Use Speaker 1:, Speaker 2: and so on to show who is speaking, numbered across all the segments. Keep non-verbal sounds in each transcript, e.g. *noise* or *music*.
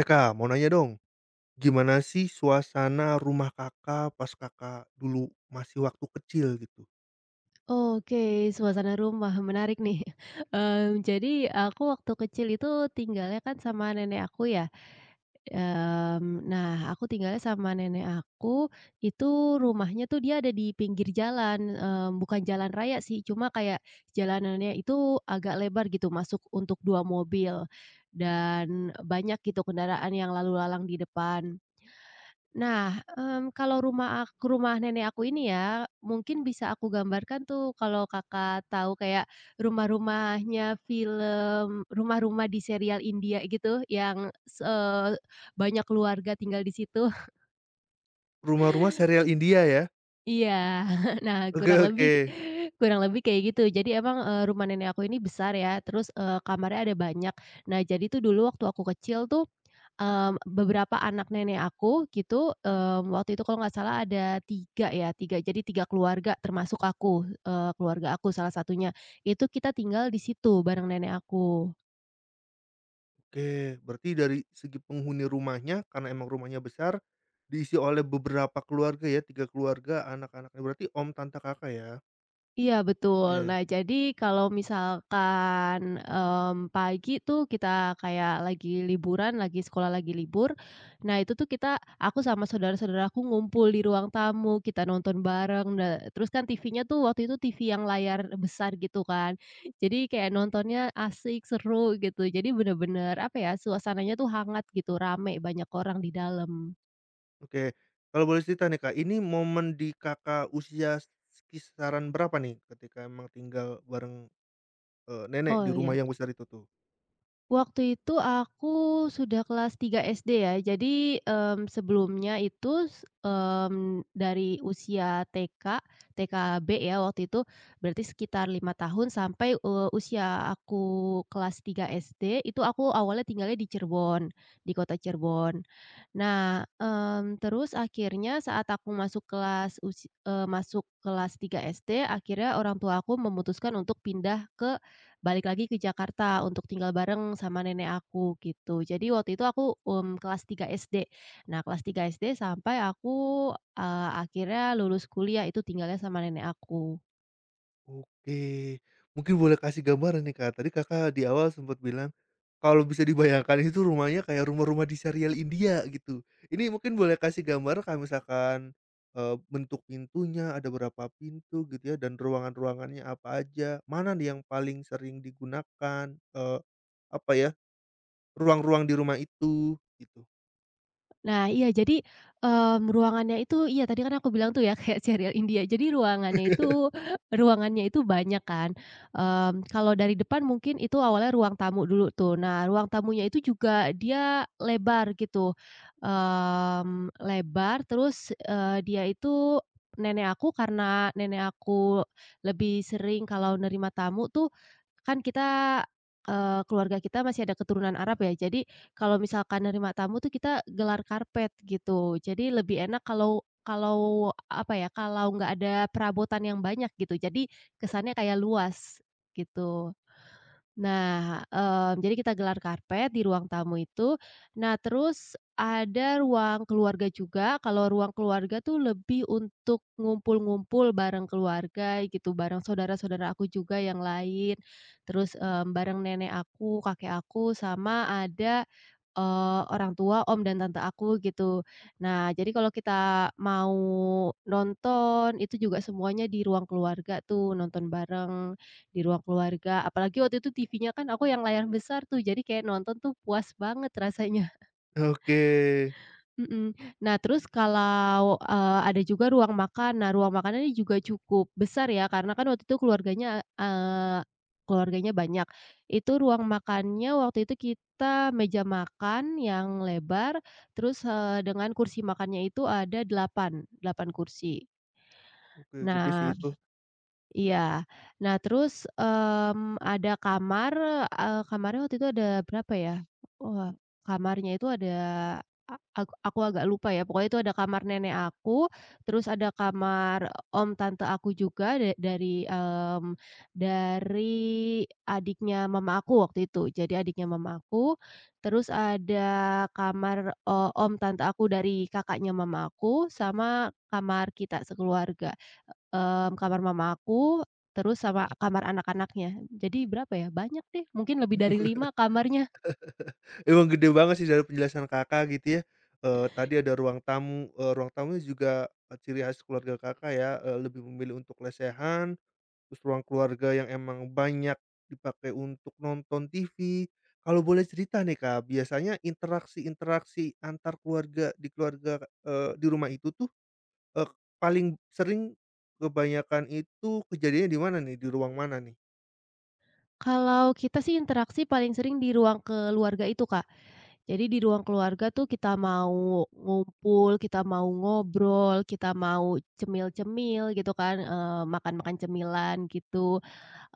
Speaker 1: Eh, Kak, mau nanya dong, gimana sih suasana rumah Kakak pas Kakak dulu masih waktu kecil gitu?
Speaker 2: Oke, suasana rumah, menarik nih. *laughs* Jadi aku waktu kecil itu tinggalnya kan sama nenek aku ya, nah aku tinggalnya sama nenek aku, itu rumahnya tuh dia ada di pinggir jalan, bukan jalan raya sih, cuma kayak jalanannya itu agak lebar gitu, masuk untuk 2 mobil, dan banyak gitu kendaraan yang lalu lalang di depan. Nah, kalau rumah nenek aku ini ya, mungkin bisa aku gambarkan tuh kalau Kakak tahu kayak rumah-rumahnya film rumah-rumah di serial India gitu banyak keluarga tinggal di situ. *laughs*
Speaker 1: Rumah-rumah serial India ya?
Speaker 2: Iya. Nah,
Speaker 1: Oke
Speaker 2: kurang
Speaker 1: oke.
Speaker 2: lebih kurang lebih kayak gitu. Jadi emang, rumah nenek aku ini besar ya, terus, kamarnya ada banyak. Nah, jadi tuh dulu waktu aku kecil tuh, beberapa anak nenek aku gitu, waktu itu kalau nggak salah ada 3 ya, 3 jadi 3 keluarga termasuk aku, keluarga aku salah satunya. Itu kita tinggal di situ bareng nenek aku.
Speaker 1: Oke, berarti dari segi penghuni rumahnya karena emang rumahnya besar, diisi oleh beberapa keluarga ya, tiga keluarga, anak-anaknya berarti om tante Kakak ya?
Speaker 2: Iya betul.
Speaker 1: Oke
Speaker 2: Nah jadi kalau misalkan, pagi tuh kita kayak lagi liburan, lagi sekolah lagi libur, nah itu tuh kita aku sama saudara-saudaraku ngumpul di ruang tamu, kita nonton bareng, terus kan TV-nya tuh waktu itu TV yang layar besar gitu kan. Jadi kayak nontonnya asik, seru gitu. Jadi bener-bener apa ya, suasananya tuh hangat gitu, rame, banyak orang di dalam.
Speaker 1: oke. Kalau boleh cerita nih, Kak, ini momen di Kakak usia kisaran berapa nih ketika emang tinggal bareng, nenek di
Speaker 2: Oh
Speaker 1: rumah
Speaker 2: iya.
Speaker 1: yang besar itu tuh?
Speaker 2: Waktu itu aku sudah kelas 3 SD ya. Jadi, sebelumnya itu, dari usia TK, TKB ya waktu itu, berarti sekitar 5 tahun sampai, usia aku kelas 3 SD, itu aku awalnya tinggalnya di Cirebon, di kota Cirebon. Nah, terus akhirnya saat aku masuk kelas, masuk kelas 3 SD, akhirnya orang tua aku memutuskan untuk pindah ke balik lagi ke Jakarta untuk tinggal bareng sama nenek aku gitu. Jadi waktu itu aku, kelas 3 SD. Nah kelas 3 SD sampai aku, akhirnya lulus kuliah itu tinggalnya sama nenek aku.
Speaker 1: Oke, mungkin boleh kasih gambaran nih, Kak. Tadi Kakak di awal sempat bilang, kalau bisa dibayangkan itu rumahnya kayak rumah-rumah di serial India gitu. Ini mungkin boleh kasih gambar kayak misalkan, bentuk pintunya, ada berapa pintu gitu ya, dan ruangan-ruangannya apa aja, mana nih yang paling sering digunakan, eee, apa ya, ruang-ruang di rumah itu, gitu.
Speaker 2: Nah, iya jadi, ruangannya itu iya tadi kan aku bilang tuh ya kayak serial India. Jadi ruangannya
Speaker 1: *laughs*
Speaker 2: itu ruangannya itu banyak kan, kalau dari depan mungkin itu awalnya ruang tamu dulu tuh. Nah, ruang tamunya itu juga dia lebar gitu, lebar terus, dia itu nenek aku, karena nenek aku lebih sering kalau nerima tamu tuh kan kita, keluarga kita masih ada keturunan Arab ya. Jadi kalau misalkan nerima tamu tuh kita gelar karpet gitu. Jadi lebih enak kalau kalau apa ya, kalau nggak ada perabotan yang banyak gitu. Jadi kesannya kayak luas gitu. Nah, jadi kita gelar karpet di ruang tamu itu. Nah, terus ada ruang keluarga juga. Kalau ruang keluarga tuh lebih untuk ngumpul-ngumpul bareng keluarga gitu, bareng saudara-saudara aku juga yang lain. Terus, bareng nenek aku, kakek aku, sama ada, orang tua, om dan tante aku gitu. Nah, jadi kalau kita mau nonton itu juga semuanya di ruang keluarga tuh, nonton bareng di ruang keluarga. Apalagi waktu itu TV-nya kan aku yang layar besar tuh, jadi kayak nonton tuh puas banget rasanya.
Speaker 1: Oke,
Speaker 2: Mhm. Nah, terus kalau, ada juga ruang makan. Nah, ruang makanannya juga cukup besar ya, karena kan waktu itu keluarganya banyak. Itu ruang makannya waktu itu kita meja makan yang lebar, terus, dengan kursi makannya itu ada 8 8 kursi.
Speaker 1: oke, gede sih
Speaker 2: Nah.
Speaker 1: itu.
Speaker 2: Iya. Nah terus, ada kamar, kamarnya waktu itu ada berapa ya? Wah, kamarnya itu ada, a aku agak lupa ya, pokoknya itu ada kamar nenek aku, terus ada kamar om tante aku juga dari, dari adiknya mama aku waktu itu. Jadi adiknya mama aku, terus ada kamar, om tante aku dari kakaknya mama aku, sama kamar kita sekeluarga. Kamar mama aku, terus sama kamar anak-anaknya. Jadi berapa ya, banyak deh, mungkin lebih dari 5 kamarnya.
Speaker 1: Emang gede banget sih dari penjelasan Kakak gitu ya, tadi ada ruang tamu, ruang tamunya juga, ciri khas keluarga Kakak ya, lebih memilih untuk lesehan, terus ruang keluarga yang emang banyak dipakai untuk nonton TV. Kalau boleh cerita nih Kak, biasanya interaksi-interaksi antar keluarga di keluarga, di rumah itu tuh, eee, paling sering kebanyakan itu kejadiannya di mana nih, di ruang mana nih?
Speaker 2: Kalau kita sih interaksi paling sering di ruang keluarga itu, Kak. Jadi di ruang keluarga tuh kita mau ngumpul, kita mau ngobrol, kita mau cemil-cemil gitu kan, makan-makan cemilan gitu.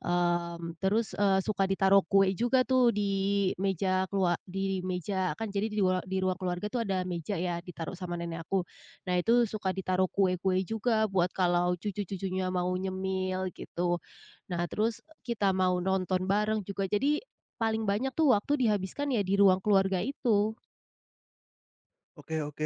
Speaker 2: Terus, suka ditaruh kue juga tuh di meja kelua di meja, kan jadi di di ruang keluarga tuh ada meja ya ditaruh sama nenek aku. Nah itu suka ditaruh kue-kue juga buat kalau cucu-cucunya mau nyemil gitu. Nah terus kita mau nonton bareng juga, jadi paling banyak tuh waktu dihabiskan ya di ruang keluarga itu.
Speaker 1: Oke oke,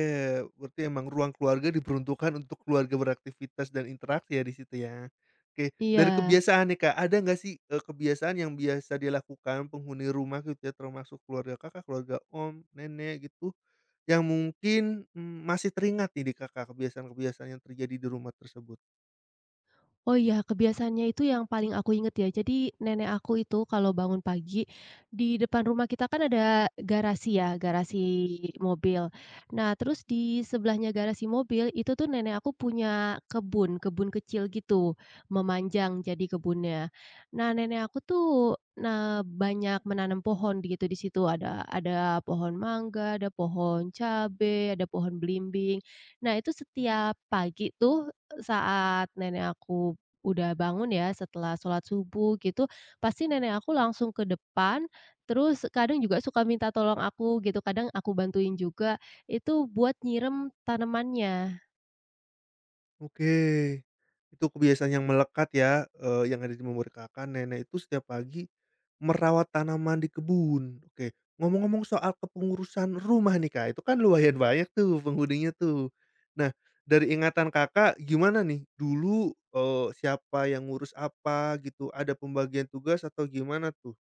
Speaker 1: berarti emang ruang keluarga diperuntukkan untuk keluarga beraktivitas dan interaksi ya di situ ya. Oke, dari
Speaker 2: Iya.
Speaker 1: kebiasaan nih Kak, ada nggak sih, kebiasaan yang biasa dilakukan penghuni rumah gitu ya, termasuk keluarga Kakak, keluarga om, nenek gitu, yang mungkin, masih teringat nih di Kakak kebiasaan-kebiasaan yang terjadi di rumah tersebut?
Speaker 2: Oh iya, kebiasaannya itu yang paling aku inget ya. Jadi nenek aku itu kalau bangun pagi, di depan rumah kita kan ada garasi ya, garasi mobil. Nah, terus di sebelahnya garasi mobil itu tuh nenek aku punya kebun, kebun kecil gitu, memanjang jadi kebunnya. Nah, nenek aku tuh nah banyak menanam pohon gitu di situ, ada pohon mangga, ada pohon cabe, ada pohon belimbing. Nah, itu setiap pagi tuh saat nenek aku udah bangun ya setelah sholat subuh gitu, pasti nenek aku langsung ke depan, terus kadang juga suka minta tolong aku gitu, kadang aku bantuin juga, itu buat nyirem tanamannya.
Speaker 1: Oke, itu kebiasaan yang melekat ya, yang ada di memori Kakak, nenek itu setiap pagi merawat tanaman di kebun. Oke, ngomong-ngomong soal kepengurusan rumah nih, Kak, itu kan lumayan banyak tuh penghuninya tuh. Nah, dari ingatan Kakak gimana nih? Dulu, siapa yang ngurus apa gitu? Ada pembagian tugas atau gimana tuh?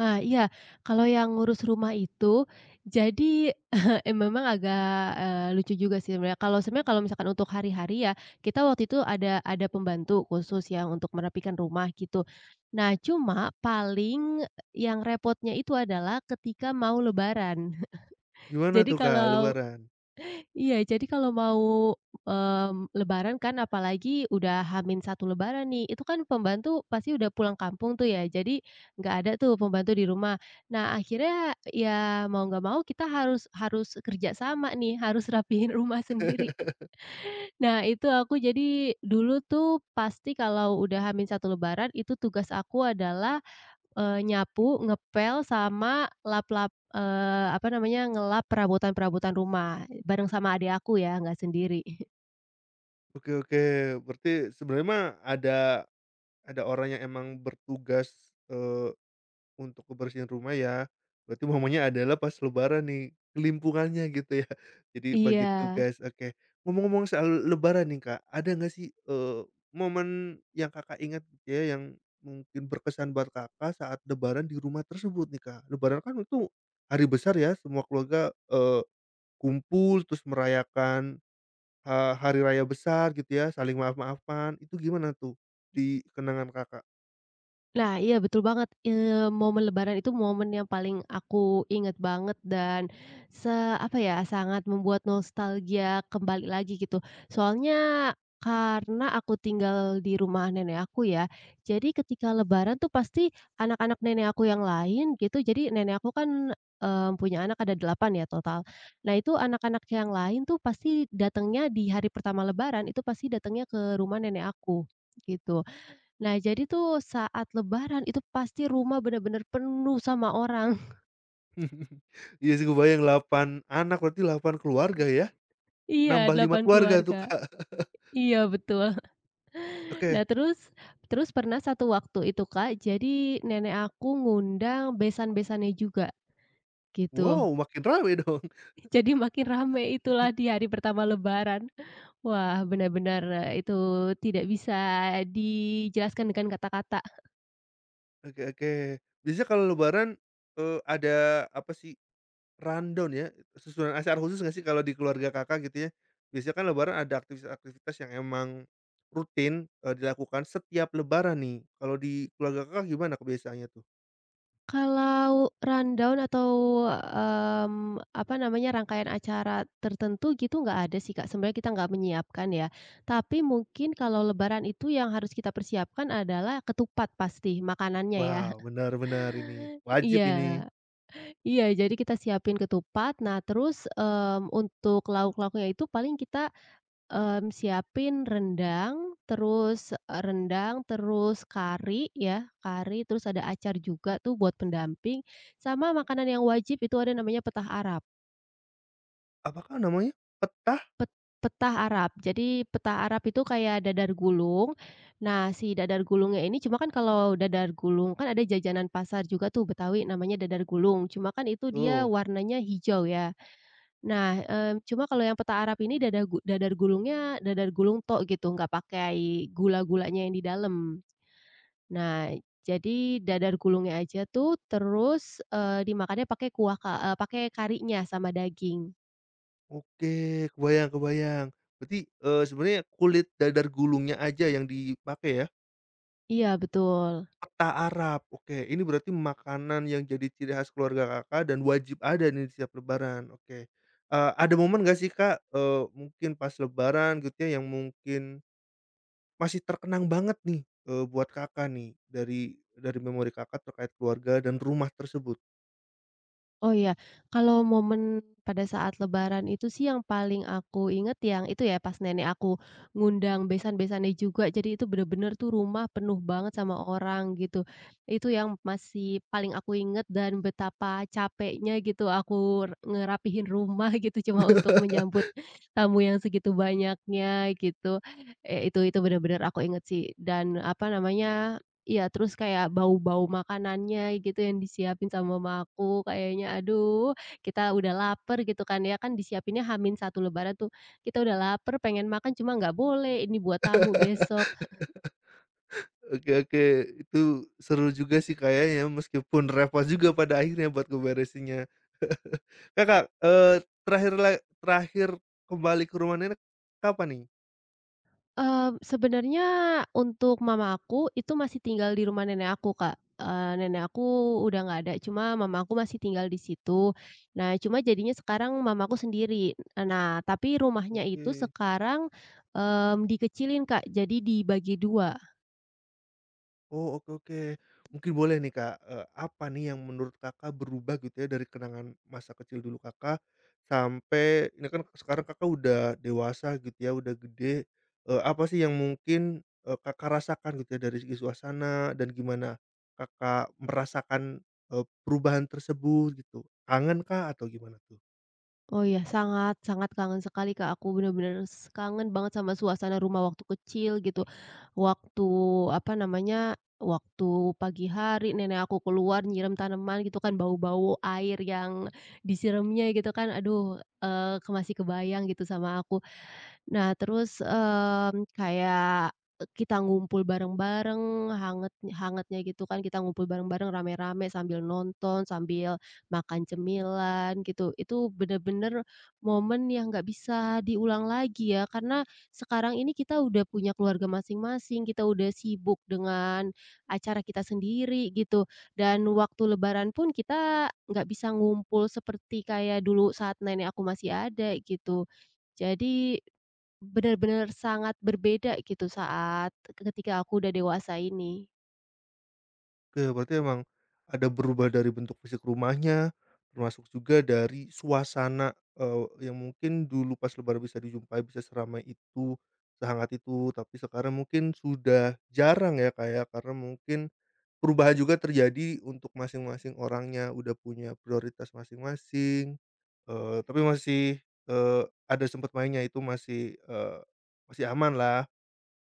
Speaker 2: Ah, iya, kalau yang ngurus rumah itu, jadi *laughs* eh, memang agak, lucu juga sih sebenarnya. Kalau sebenarnya kalau misalkan untuk hari-hari ya, kita waktu itu ada pembantu khusus yang untuk merapikan rumah gitu. Nah, cuma paling yang repotnya itu adalah ketika mau lebaran.
Speaker 1: Gimana
Speaker 2: Jadi
Speaker 1: tuh, Kak,
Speaker 2: kalau,
Speaker 1: luaran?
Speaker 2: iya, jadi kalau mau, lebaran kan apalagi udah h satu lebaran nih, itu kan pembantu pasti udah pulang kampung tuh ya, jadi nggak ada tuh pembantu di rumah. Nah, akhirnya ya mau nggak mau kita harus harus kerja sama nih, harus *laughs* rapihin rumah sendiri.
Speaker 1: *laughs*
Speaker 2: Nah, itu aku jadi dulu tuh pasti kalau udah h satu lebaran, itu tugas aku adalah, nyapu, ngepel, sama lap-lap, apa namanya, ngelap perabotan-perabotan rumah, bareng sama adik aku ya, nggak sendiri.
Speaker 1: Oke oke, berarti sebenarnya mah ada orang yang emang bertugas, eh, untuk kebersihan rumah ya, berarti momennya adalah pas lebaran nih, kelimpungannya gitu ya. *laughs* Jadi bagi
Speaker 2: Iya.
Speaker 1: tugas, oke. Ngomong-ngomong soal lebaran nih Kak, ada nggak sih, momen yang Kakak ingat gitu ya, yang mungkin berkesan buat Kakak saat lebaran di rumah tersebut nih Kak? Lebaran kan itu hari besar ya, semua keluarga, kumpul terus merayakan, hari raya besar gitu ya, saling maaf-maafan, itu gimana tuh di kenangan Kakak?
Speaker 2: Nah, iya betul banget, momen lebaran itu momen yang paling aku ingat banget dan, se apa ya, sangat membuat nostalgia kembali lagi gitu. Soalnya karena aku tinggal di rumah nenek aku ya, jadi ketika lebaran tuh pasti anak-anak nenek aku yang lain gitu, jadi nenek aku kan, punya anak ada 8 ya total. Nah itu anak-anak yang lain tuh pasti datangnya di hari pertama lebaran, itu pasti datangnya ke rumah nenek aku, gitu. Nah, jadi tuh saat lebaran itu pasti rumah benar-benar penuh sama orang. *laughs*
Speaker 1: Iya sih gue bayang 8 anak, berarti 8 keluarga ya?
Speaker 2: Iya,
Speaker 1: Nambah 5
Speaker 2: 8
Speaker 1: keluarga tuh,
Speaker 2: keluarga.
Speaker 1: Kak.
Speaker 2: Iya, betul. *laughs* Nah,
Speaker 1: Oke.
Speaker 2: terus terus pernah satu waktu itu, Kak, jadi nenek aku ngundang besan-besannya juga, gitu.
Speaker 1: Wow, makin rame dong.
Speaker 2: *laughs* Jadi makin rame itulah di hari pertama lebaran. Wah, benar-benar, itu tidak bisa dijelaskan dengan kata-kata.
Speaker 1: Oke oke. Biasanya kalau lebaran, ada apa sih, rundown ya, susunan acara khusus nggak sih kalau di keluarga Kakak gitu ya? Biasanya kan lebaran ada aktivitas-aktivitas yang emang rutin, dilakukan setiap lebaran nih. Kalau di keluarga Kakak gimana kebiasaannya tuh?
Speaker 2: Kalau rundown atau, apa namanya, rangkaian acara tertentu gitu nggak ada sih, Kak, sebenarnya kita nggak menyiapkan ya. Tapi mungkin kalau lebaran itu yang harus kita persiapkan adalah ketupat pasti makanannya ya.
Speaker 1: Wow,
Speaker 2: *laughs*
Speaker 1: benar benar ini, wajib
Speaker 2: Iya
Speaker 1: ini.
Speaker 2: iya, jadi kita siapin ketupat, nah terus, untuk lauk-lauknya itu paling kita, siapin rendang, terus, rendang, terus kari ya, kari, terus ada acar juga tuh buat pendamping, sama makanan yang wajib itu ada namanya petah Arab,
Speaker 1: Apakah namanya? Petah?
Speaker 2: pet petah Arab. Jadi petah Arab itu kayak dadar gulung, nah si dadar gulungnya ini cuma kan kalau dadar gulung kan ada jajanan pasar juga tuh Betawi namanya dadar gulung, cuma kan itu dia
Speaker 1: Tuh.
Speaker 2: warnanya hijau ya. Nah, cuma kalau yang peta Arab ini dadar gulungnya dadar gulung tok gitu, nggak pakai gula-gulanya yang di dalam. Nah, jadi dadar gulungnya aja tuh terus, dimakannya pakai kuah ka eee, pakai karinya sama daging.
Speaker 1: Oke, kebayang kebayang. Berarti, sebenarnya kulit dadar gulungnya aja yang dipakai ya?
Speaker 2: Iya, betul.
Speaker 1: Peta Arab, oke. Ini berarti makanan yang jadi ciri khas keluarga Kakak dan wajib ada nih di setiap lebaran, oke. Ada momen nggak sih Kak, mungkin pas lebaran gitu ya, yang mungkin masih terkenang banget nih, buat Kakak nih, dari memori Kakak terkait keluarga dan rumah tersebut?
Speaker 2: Oh iya, kalau momen pada saat lebaran itu sih yang paling aku inget yang itu ya pas nenek aku ngundang besan-besannya juga. Jadi itu bener-bener tuh rumah penuh banget sama orang gitu. Itu yang masih paling aku inget dan betapa capeknya gitu aku ngerapihin rumah *laughs* gitu cuma untuk
Speaker 1: *laughs*
Speaker 2: menyambut tamu yang segitu banyaknya gitu. Eh, itu bener-bener aku inget sih dan apa namanya. Iya, terus kayak bau-bau makanannya gitu yang disiapin sama mama aku kayaknya aduh, kita udah lapar gitu kan ya, kan disiapinnya Hamin satu lebaran tuh, kita udah lapar pengen makan cuma nggak boleh, ini buat tamu besok.
Speaker 1: Oke oke, itu seru juga sih kayaknya, meskipun repot juga pada akhirnya buat ngeberesinnya. Kakak, terakhir kembali ke rumah nenek kapan nih?
Speaker 2: Sebenarnya untuk mama aku itu masih tinggal di rumah nenek aku, Kak, nenek aku udah nggak ada, cuma mama aku masih tinggal di situ. Nah, cuma jadinya sekarang mama aku sendiri. Nah, tapi rumahnya itu
Speaker 1: Oke.
Speaker 2: sekarang, dikecilin, Kak, jadi dibagi 2.
Speaker 1: Oh, oke oke. Mungkin boleh nih Kak, apa nih yang menurut Kakak berubah gitu ya dari kenangan masa kecil dulu Kakak, sampai ini kan sekarang Kakak udah dewasa gitu ya, udah gede, apa sih yang mungkin, Kakak rasakan gitu ya dari segi suasana dan gimana Kakak merasakan, perubahan tersebut gitu? Kangen kah atau gimana tuh?
Speaker 2: Oh iya, sangat sangat kangen sekali, Kak, aku bener-bener kangen banget sama suasana rumah waktu kecil gitu. Waktu, apa namanya, waktu pagi hari nenek aku keluar nyiram tanaman gitu kan, bau-bau air yang disiramnya gitu kan, aduh, eee, ke masih kebayang gitu sama aku. Nah terus, kayak, kita ngumpul bareng-bareng, hangat hangatnya gitu kan, kita ngumpul bareng-bareng rame-rame sambil nonton, sambil makan cemilan gitu. Itu bener-bener momen yang nggak bisa diulang lagi ya, karena sekarang ini kita udah punya keluarga masing-masing, kita udah sibuk dengan acara kita sendiri gitu, dan waktu lebaran pun kita nggak bisa ngumpul seperti kayak dulu saat nenek aku masih ada gitu. Jadi benar-benar sangat berbeda gitu saat ketika aku udah dewasa ini.
Speaker 1: Oke, berarti emang ada berubah dari bentuk fisik rumahnya, termasuk juga dari suasana, yang mungkin dulu pas lebaran bisa dijumpai, bisa seramai itu, sehangat itu, tapi sekarang mungkin sudah jarang ya, kayak karena mungkin perubahan juga terjadi untuk masing-masing orangnya, udah punya prioritas masing-masing, tapi masih, ada sempat mainnya itu masih, masih aman lah.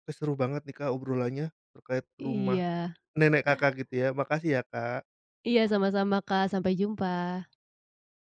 Speaker 1: Seru banget nih, Kak, obrolannya terkait rumah
Speaker 2: Iya.
Speaker 1: Nenek Kakak gitu ya? Makasih ya Kak,
Speaker 2: Iya sama-sama Kak, sampai jumpa.